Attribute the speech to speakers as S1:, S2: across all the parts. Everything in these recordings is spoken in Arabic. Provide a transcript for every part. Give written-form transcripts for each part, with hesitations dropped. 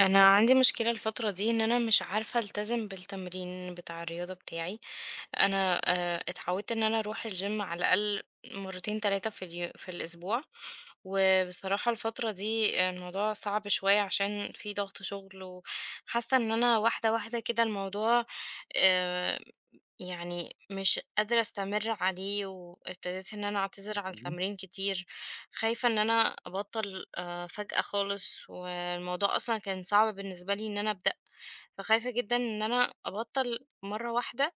S1: انا عندي مشكله الفتره دي ان انا مش عارفه التزم بالتمرين بتاع الرياضه بتاعي. انا اتعودت ان انا اروح الجيم على الاقل مرتين ثلاثه في في الاسبوع. وبصراحه الفتره دي الموضوع صعب شويه عشان في ضغط شغل، وحاسه ان انا واحده واحده كده الموضوع. آه، يعني مش قادرة أستمر عليه وابتديت إن أنا أعتذر عن
S2: إمم،
S1: التمرين كتير. خايفة إن أنا أبطل فجأة خالص، والموضوع أصلا كان صعب بالنسبة لي إن أنا أبدأ. فخايفة جدا إن أنا أبطل مرة واحدة،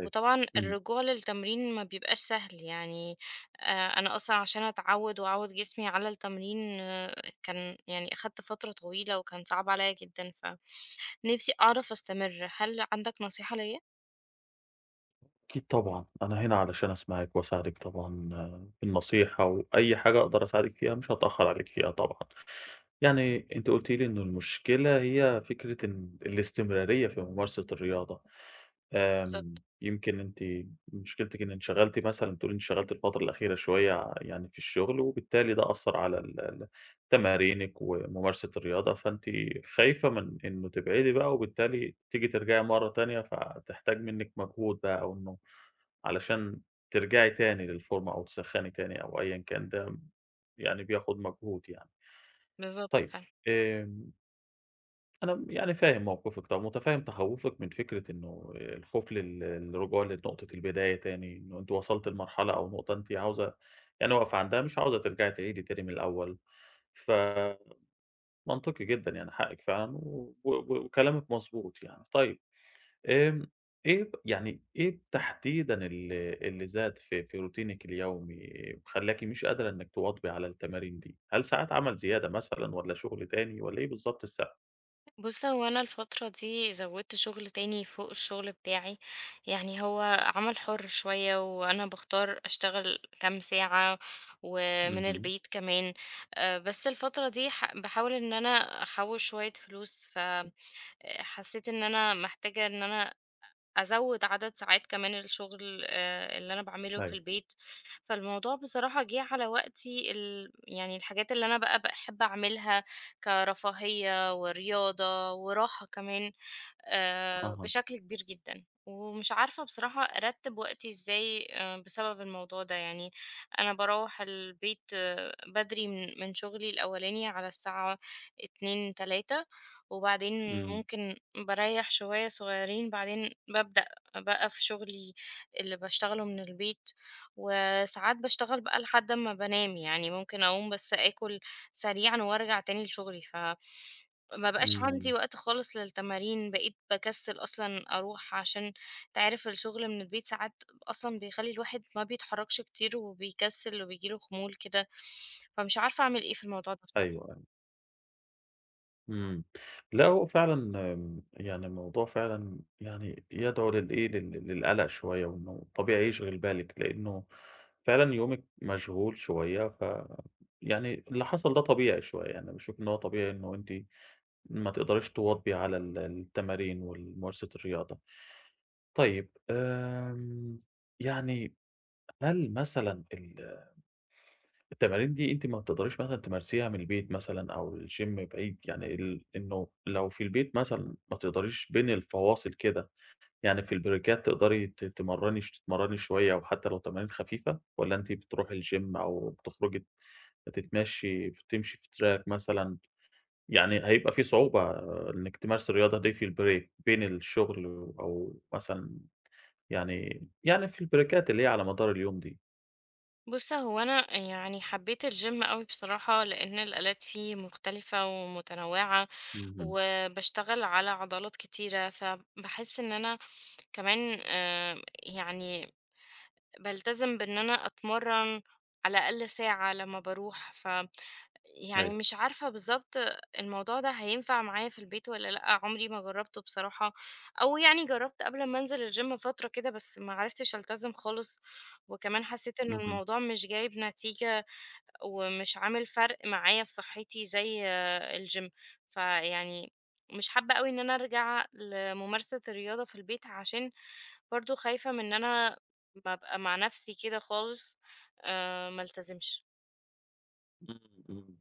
S2: أيوه،
S1: وطبعا
S2: إمم،
S1: الرجوع للتمرين ما بيبقاش سهل يعني. أنا أصلا عشان أتعود وأعود جسمي على التمرين كان يعني أخدت فترة طويلة وكان صعب عليا جدا. فنفسي أعرف أستمر، هل عندك نصيحة ليا؟
S2: أكيد طبعًا، أنا هنا علشان أسمعِك وأساعدِك طبعًا في النصيحة، وأي حاجة أقدر أساعدِك فيها مش هاتأخر عليكِ فيها طبعًا. يعني أنتِ قُلتِ لي إن المشكلة هي فكرة إن الاستمرارية في ممارسة الرياضة.
S1: بالظبط.
S2: يمكن أنتِ مشكلتِك إن انشغلتِ مثلًا بتقولي انشغلتِ الفترة الأخيرة شوية يعني في الشغل، وبالتالي ده أثّر على ال تمارينِك وممارسة الرياضة، فأنتِ خايفة من إنه تبعدي بقى، وبالتالي تيجي ترجعي مرة تانية فتحتاج منِّك مجهود بقى، أو إنه علشان ترجعي تاني للفورمة أو تسخّني تاني أو أيًا كان ده يعني بياخد مجهود يعني.
S1: بالظبط
S2: طيب
S1: فعلا.
S2: آمم أنا يعني فاهم موقفِك طبعًا، ومتفهم تخوُّفِك من فكرة إنه الخوف الرجوع لنقطة البداية تاني، إنه أنتِ وصلتِ لمرحلة أو نقطة أنتِ عاوزة يعني واقفة عندها مش عاوزة ترجعي تعيدي تاني من الأول، فمنطقي جدًا يعني حقِّك فعلًا و و وكلامِك مضبوط يعني. طيب آمم، إيه يعني إيه تحديدًا اللي زاد في روتينِك اليومي وخلّاكِ مش قادرة إنِّك تواظبي على التمارين دي؟ هل ساعات عمل زيادة مثلًا والّا شغل تاني والّا إيه بالضبط السبب؟
S1: بُص، هو أنا الفترة دي زوّدت شغل تاني فوق الشغل بتاعي، يعني هو عمل حُر شوية وأنا باختار أشتغل كام ساعة ومن
S2: اهم،
S1: البيت كمان. بس الفترة دي ح باحاول إن أنا أحوّش شوية فلوس، فحسّيت إن أنا محتاجة إن أنا أزوّد عدد ساعات كمان الشغل اللي أنا باعمله في
S2: أيوه،
S1: البيت. فالموضوع بصراحة جِه على وقتي يعني الحاجات اللي أنا بقى باحب أعملها كرفاهية ورياضة وراحة كمان،
S2: أها.
S1: بشكل كبير جدًا، ومش عارفة بصراحة أرتّب وقتي إزاي بسبب الموضوع ده، يعني أنا باروّح البيت بدري من شغلي الأولاني على الساعة 14:00، 15:00. وبعدين
S2: إمم،
S1: ممكن باريّح شوية صغيّرين، بعدين بابدأ بقى في شغلي اللي باشتغله من البيت، وساعات باشتغل بقى لحد أمّا بانام، يعني ممكن أقوم بس آكل سريعًا وأرجع تاني لشغلي. ما بقاش عندي
S2: إمم،
S1: وقت خالص للتمارين، بقيت باكسّل أصلًا أروح. عشان أنت عارف الشغل من البيت ساعات أصلًا بيخلّي الواحد ما بيتحرّكش كتير وبيكسّل وبييجي له خمول كده، فمش عارفة أعمل إيه في الموضوع ده بصراحة.
S2: أيوه، أيوه، إمم، لأ هو فعلًا يعني الموضوع فعلًا يعني يدعو للإيه، للقلق شوية، وإنه طبيعي يشغل بالِك، لإنه فعلًا يومِك مشغول شوية، ف يعني اللي حصل ده طبيعي شوية، يعني باشوف إن هو طبيعي إنه أنتِ ما تقدريش تواظبي على التمارين والممارسة الرياضة. طيب يعني هل مثلًا التمارين دي أنتِ ما بتقدريش مثلًا تمارسيها من البيت مثلًا أو الgym بعيد، يعني ال إنه لو في البيت مثلًا ما تقدريش بين الفواصل كده، يعني في البريكات تقدري ت تمرّني ش تتمرّني شوية وحتى لو تمارين خفيفة، والّا أنتِ بتروحي الgym أو بتخرجي تمشي في تراك مثلًا، يعني هيبقى في صعوبة إنِّك تمارسي الرياضة دي في البريك بين الشغل أو مثلًا يعني في البريكات اللي هي على مدار اليوم دي.
S1: بُص، هو أنا يعني حبّيت الgym أوي بصراحة لإن الآلات فيه مختلفة ومتنوّعة
S2: اهم،
S1: وباشتغل على عضلات كتيرة، فباحس إن أنا كمان يعني بالتزم بإن أنا أتمرّن على الأقل ساعة لمّا باروح. يعني
S2: أيوه،
S1: مش عارفة بالضبط الموضوع ده هينفع معايا في البيت والّا لأ، عمري ما جرّبته بصراحة. أو يعني جرّبت قبل ما أنزل الgym فترة كده بس ما عرفتش ألتزم خالص، وكمان حسّيت إن
S2: اهم،
S1: الموضوع مش جايب نتيجة ومش عامل فرق معايا في صحّتي زي الgym. فيعني مش حابة أوي إن أنا أرجع لممارسة الرياضة في البيت عشان برضه خايفة من إن أنا بابقى مع نَفْسي كده خالص ما ألتزمش.
S2: إمم، إمم.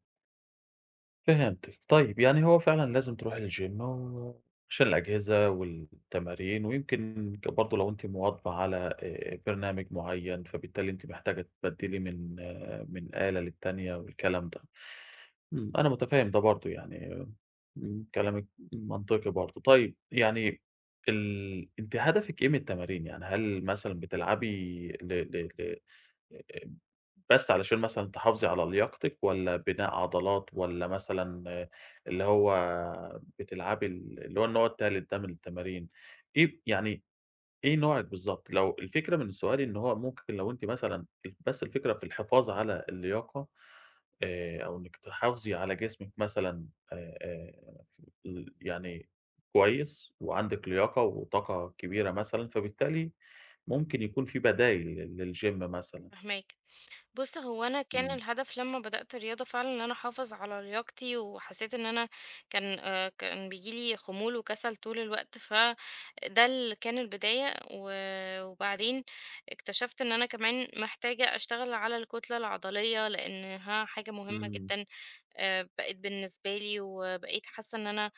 S2: فهمتِك. طيب، يعني هو فعلًا لازم تروحي الgym و عشان الأجهزة والتمارين ويمكن برضه لو أنتِ مواظبة على برنامج معيّن، فبالتالي أنتِ محتاجة تبدّلي من من آلة للتانية والكلام ده. إمم، أنا متفهّم ده برضه يعني إمم، كلامِك منطقي برضه. طيب، يعني أنتِ هدفِك إيه من التمارين؟ يعني هل مثلًا بتلعبي ل ل ل بس علشان مثلًا تحافظي على لياقتِك والّا بناء عضلات والّا مثلًا اللي هو بتلعبي اللي هو النوع التالت ده من التمارين، إيه يعني إيه نوعِك بالضبط؟ لو الفكرة من سؤالي إن هو ممكن لو أنتِ مثلًا بس الفكرة في الحفاظ على اللياقة أو إنِّك تحافظي على جسمِك مثلًا آآ آآ ال يعني كويس وعندِك لياقة وطاقة كبيرة مثلًا، فبالتالي ممكن يكون في بدايل للGym مثلًا.
S1: فاهماك. بُص، هو أنا كان
S2: إمم،
S1: الهدف لمّا بدأت الرياضة فعلًا إن أنا أحافظ على لياقتي، وحسيت إن أنا كان بييجي لي خمول وكسل طول الوقت، فده اللي كان البداية، وبعدين اكتشفت إن أنا كمان محتاجة أشتغل على الكتلة العضلية، لأنها حاجة مهمة
S2: إمم،
S1: جدًا بقت بالنسبة لي. وبقيت حاسة إن أنا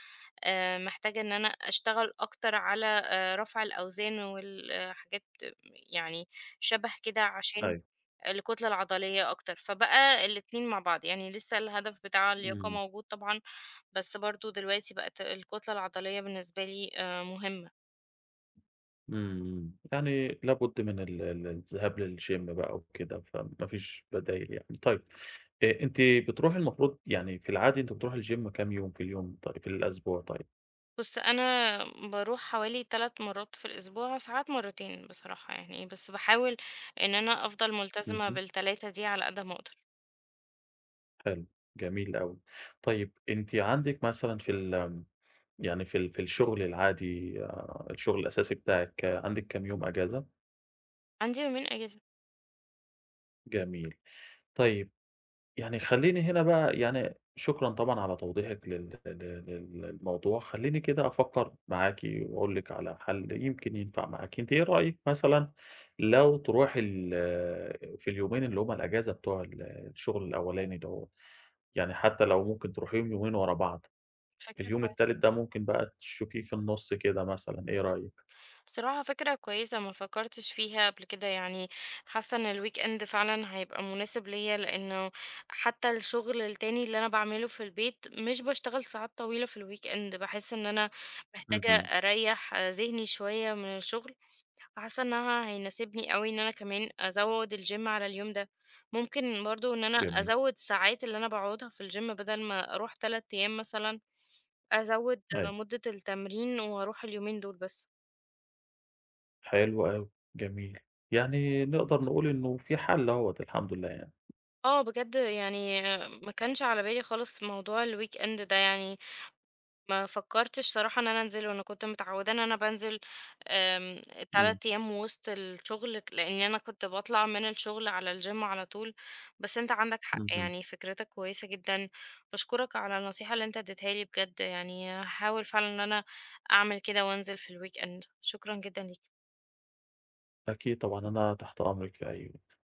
S1: محتاجة إن أنا أشتغل أكتر على رفع الأوزان والحاجات يعني شَبه كده عشان
S2: أيوه،
S1: الكتلة العضلية أكتر. فبقى الاتنين مع بعض، يعني لسه الهدف بتاع اللياقة
S2: إمم.
S1: موجود طبعًا، بس برضه دلوقتي بقت الكتلة العضلية بالنسبة لي مهمة.
S2: إمم. يعني لابد من ال الذهاب للgym بقى وكده، فما فيش بدايل يعني. طيب أنتِ بتروحي المفروض يعني في العادي أنتِ بتروحي الgym كام يوم في اليوم طيب في الأسبوع طيب؟
S1: بُص، أنا باروح حوالي 3 مرات في الأسبوع، ساعات مرتين بصراحة يعني، بس باحاول إن أنا أفضل ملتزمة
S2: اهم،
S1: بال3 دي على قد ما أقدر.
S2: حلو، جميل أوي. طيب أنتِ عندِك مثلًا في ال يعني في ال في الشغل العادي الشغل الأساسي بتاعِك عندِك كام يوم أجازة؟
S1: عندي يومين إجازة.
S2: جميل. طيب يعني خلّيني هنا بقى يعني شكرًا طبعًا على توضيحِك لل لل لل للموضوع، خلّيني كده أفكّر معاكِ وأقول لِك على حَل يمكن ينفع معاكِ، أنتِ إيه رأيِك مثلًا لو تروحي في اليومين اللي هُم الأجازة بتوع الشغل الأولاني دوّة، يعني حتى لو ممكن تروحيهم يومين ورا بعض،
S1: فكرة
S2: اليوم
S1: كويسة.
S2: التالت ده ممكن بقى تشوفيه في النُص كده مثلًا، إيه رأيِك؟
S1: بصراحة فكرة كويسة ما فكرتش فيها قبل كده يعني. حاسة ان الويك اند فعلا هيبقى مناسب ليا لانه حتى الشغل التاني اللي انا بعمله في البيت مش بشتغل ساعات طويلة في الويك اند، بحس ان انا محتاجة
S2: اهم،
S1: اريح ذهني شوية من الشغل. حاسة انها هيناسبني قوي ان انا كمان ازود الجيم على اليوم ده. ممكن برضو ان انا
S2: جميل.
S1: ازود ساعات اللي انا بقعدها في الجيم بدل ما اروح 3 ايام مثلا، ازود
S2: أيوه،
S1: مدة التمرين واروح اليومين دول بس.
S2: حلو أوي، جميل، يعني نقدر نقول إنه في حَل أهوّة الحمد لله يعني.
S1: اه بجد يعني، ما كانش على بالي خالص موضوع الويك اند ده يعني. ما فكرتش صراحة ان انا انزله، انا كنت متعودة ان انا بنزل آم،
S2: إمم،
S1: 3 ايام وسط الشغل لان انا كنت بطلع من الشغل على الجيم على طول. بس انت عندك حق،
S2: اهم.
S1: يعني فكرتك كويسة جدا. بشكرك على النصيحة اللي انت اديتها لي بجد، يعني هحاول فعلا ان انا اعمل كده وانزل في الويك اند. شكرا جدا ليك.
S2: أكيد طبعًا، أنا تحت أمرِك في أي وقت.